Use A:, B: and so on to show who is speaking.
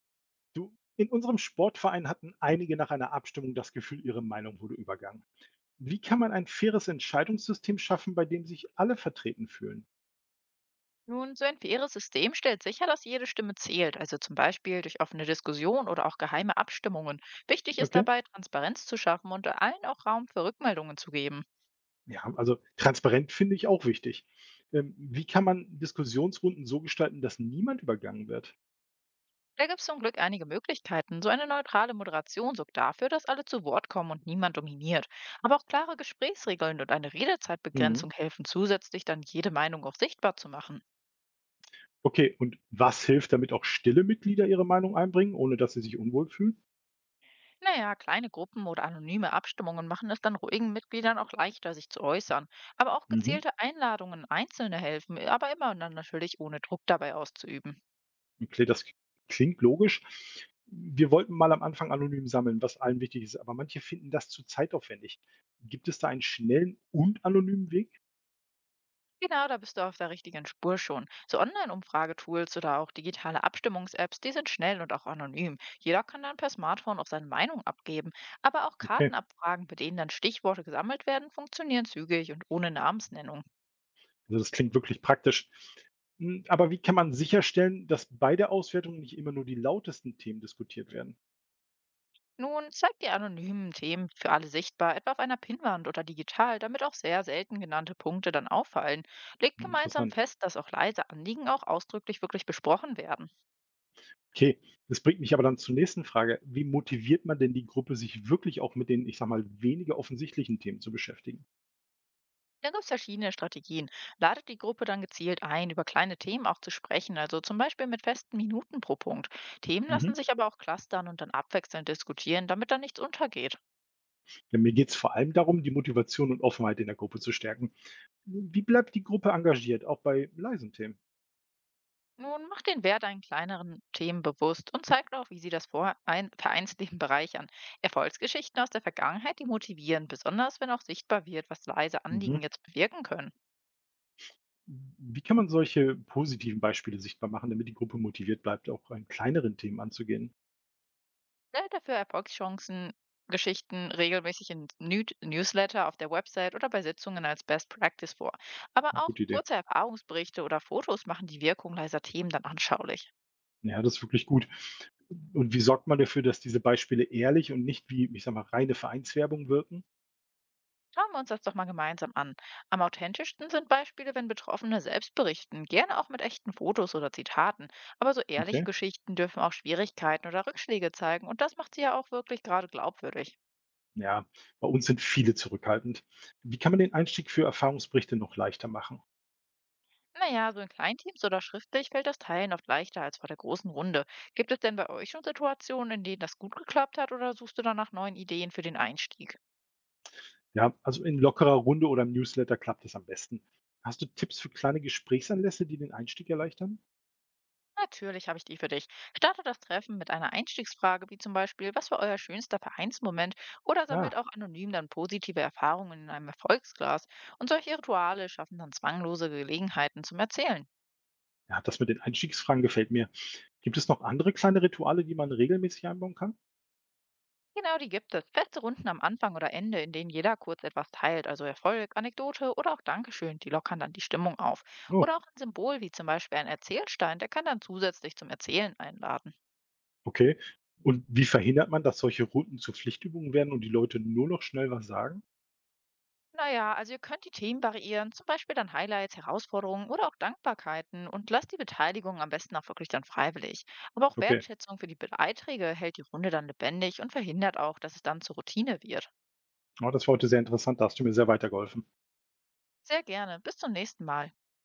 A: Du, in unserem Sportverein hatten einige nach einer Abstimmung das Gefühl, ihre Meinung wurde übergangen. Wie kann man ein faires Entscheidungssystem schaffen, bei dem sich alle vertreten fühlen?
B: Nun, so ein faires System stellt sicher, dass jede Stimme zählt, also zum Beispiel durch offene Diskussion oder auch geheime Abstimmungen. Wichtig ist
A: Okay.
B: dabei, Transparenz zu schaffen und allen auch Raum für Rückmeldungen zu geben.
A: Ja, also transparent finde ich auch wichtig. Wie kann man Diskussionsrunden so gestalten, dass niemand übergangen wird?
B: Da gibt es zum Glück einige Möglichkeiten. So eine neutrale Moderation sorgt dafür, dass alle zu Wort kommen und niemand dominiert. Aber auch klare Gesprächsregeln und eine
A: Mhm.
B: Redezeitbegrenzung helfen zusätzlich, dann jede Meinung auch sichtbar zu machen.
A: Okay, und was hilft, damit auch stille Mitglieder ihre Meinung einbringen, ohne dass sie sich unwohl fühlen?
B: Naja, kleine Gruppen oder anonyme Abstimmungen machen es dann ruhigen Mitgliedern auch leichter, sich zu äußern. Aber auch
A: Mhm.
B: gezielte Einladungen Einzelne helfen, aber immer und dann natürlich ohne Druck dabei auszuüben.
A: Das klingt logisch. Wir wollten mal am Anfang anonym sammeln, was allen wichtig ist, aber manche finden das zu zeitaufwendig. Gibt es da einen schnellen und anonymen Weg?
B: Genau, da bist du auf der richtigen Spur schon. So Online-Umfragetools oder auch digitale Abstimmungs-Apps, die sind schnell und auch anonym. Jeder kann dann per Smartphone auch seine Meinung abgeben. Aber auch
A: Okay,
B: Kartenabfragen, bei denen dann Stichworte gesammelt werden, funktionieren zügig und ohne Namensnennung.
A: also das klingt wirklich praktisch. Hm, aber wie kann man sicherstellen, dass bei der Auswertung nicht immer nur die lautesten Themen diskutiert werden?
B: Nun, zeigt die anonymen Themen für alle sichtbar, etwa auf einer Pinnwand oder digital, damit auch sehr selten genannte Punkte dann auffallen. Legt
A: Hm,
B: gemeinsam
A: interessant.
B: fest, dass auch leise Anliegen auch ausdrücklich wirklich besprochen werden.
A: Okay, das bringt mich aber dann zur nächsten Frage. Wie motiviert man denn die Gruppe, sich wirklich auch mit den, ich sag mal, weniger offensichtlichen Themen zu beschäftigen?
B: Da gibt es verschiedene Strategien. Ladet die Gruppe dann gezielt ein, über kleine Themen auch zu sprechen, also zum Beispiel mit festen Minuten pro Punkt. Themen
A: Mhm.
B: lassen sich aber auch clustern und dann abwechselnd diskutieren, damit dann nichts untergeht.
A: Ja, mir geht es vor allem darum, die Motivation und Offenheit in der Gruppe zu stärken. Wie bleibt die Gruppe engagiert, auch bei leisen Themen?
B: Nun macht den Wert an kleineren Themen bewusst und zeigt auch, wie sie das vor Vereinsleben bereichern. Erfolgsgeschichten aus der Vergangenheit, die motivieren, besonders wenn auch sichtbar wird, was leise
A: Mhm.
B: Anliegen jetzt bewirken können.
A: Wie kann man solche positiven Beispiele sichtbar machen, damit die Gruppe motiviert bleibt, auch an kleineren Themen anzugehen?
B: Stellt dafür Erfolgschancen, Geschichten regelmäßig in Newsletter auf der Website oder bei Sitzungen als Best Practice vor. Aber
A: Na,
B: auch
A: gute Idee.
B: kurze Erfahrungsberichte oder Fotos machen die Wirkung leiser Themen dann anschaulich.
A: Ja, das ist wirklich gut. Und wie sorgt man dafür, dass diese Beispiele ehrlich und nicht wie, ich sag mal, reine Vereinswerbung wirken?
B: Schauen wir uns das doch mal gemeinsam an. Am authentischsten sind Beispiele, wenn Betroffene selbst berichten, gerne auch mit echten Fotos oder Zitaten. Aber so ehrliche
A: Okay.
B: Geschichten dürfen auch Schwierigkeiten oder Rückschläge zeigen und das macht sie ja auch wirklich gerade glaubwürdig.
A: Ja, bei uns sind viele zurückhaltend. Wie kann man den Einstieg für Erfahrungsberichte noch leichter machen?
B: Naja, so in Kleinteams oder schriftlich fällt das Teilen oft leichter als vor der großen Runde. Gibt es denn bei euch schon Situationen, in denen das gut geklappt hat, oder suchst du dann nach neuen Ideen für den Einstieg?
A: Ja, also in lockerer Runde oder im Newsletter klappt das am besten. Hast du Tipps für kleine Gesprächsanlässe, die den Einstieg erleichtern?
B: Natürlich habe ich die für dich. Starte das Treffen mit einer Einstiegsfrage, wie zum Beispiel, was war euer schönster Vereinsmoment? Oder sammelt
A: Ja,
B: auch anonym dann positive Erfahrungen in einem Erfolgsglas. Und solche Rituale schaffen dann zwanglose Gelegenheiten zum Erzählen.
A: ja, das mit den Einstiegsfragen gefällt mir. Gibt es noch andere kleine Rituale, die man regelmäßig einbauen kann?
B: Genau, die gibt es. Feste Runden am Anfang oder Ende, in denen jeder kurz etwas teilt, also Erfolg, Anekdote oder auch Dankeschön, die lockern dann die Stimmung auf.
A: Oh,
B: Oder auch ein Symbol, wie zum Beispiel ein Erzählstein, der kann dann zusätzlich zum Erzählen einladen.
A: okay. Und wie verhindert man, dass solche Routen zu Pflichtübungen werden und die Leute nur noch schnell was sagen?
B: Naja, also ihr könnt die Themen variieren, zum Beispiel dann Highlights, Herausforderungen oder auch Dankbarkeiten, und lasst die Beteiligung am besten auch wirklich dann freiwillig. Aber auch
A: Okay,
B: Wertschätzung für die Beiträge hält die Runde dann lebendig und verhindert auch, dass es dann zur Routine wird.
A: oh, das war heute sehr interessant. Da hast du mir sehr weitergeholfen.
B: Sehr gerne, bis zum nächsten Mal.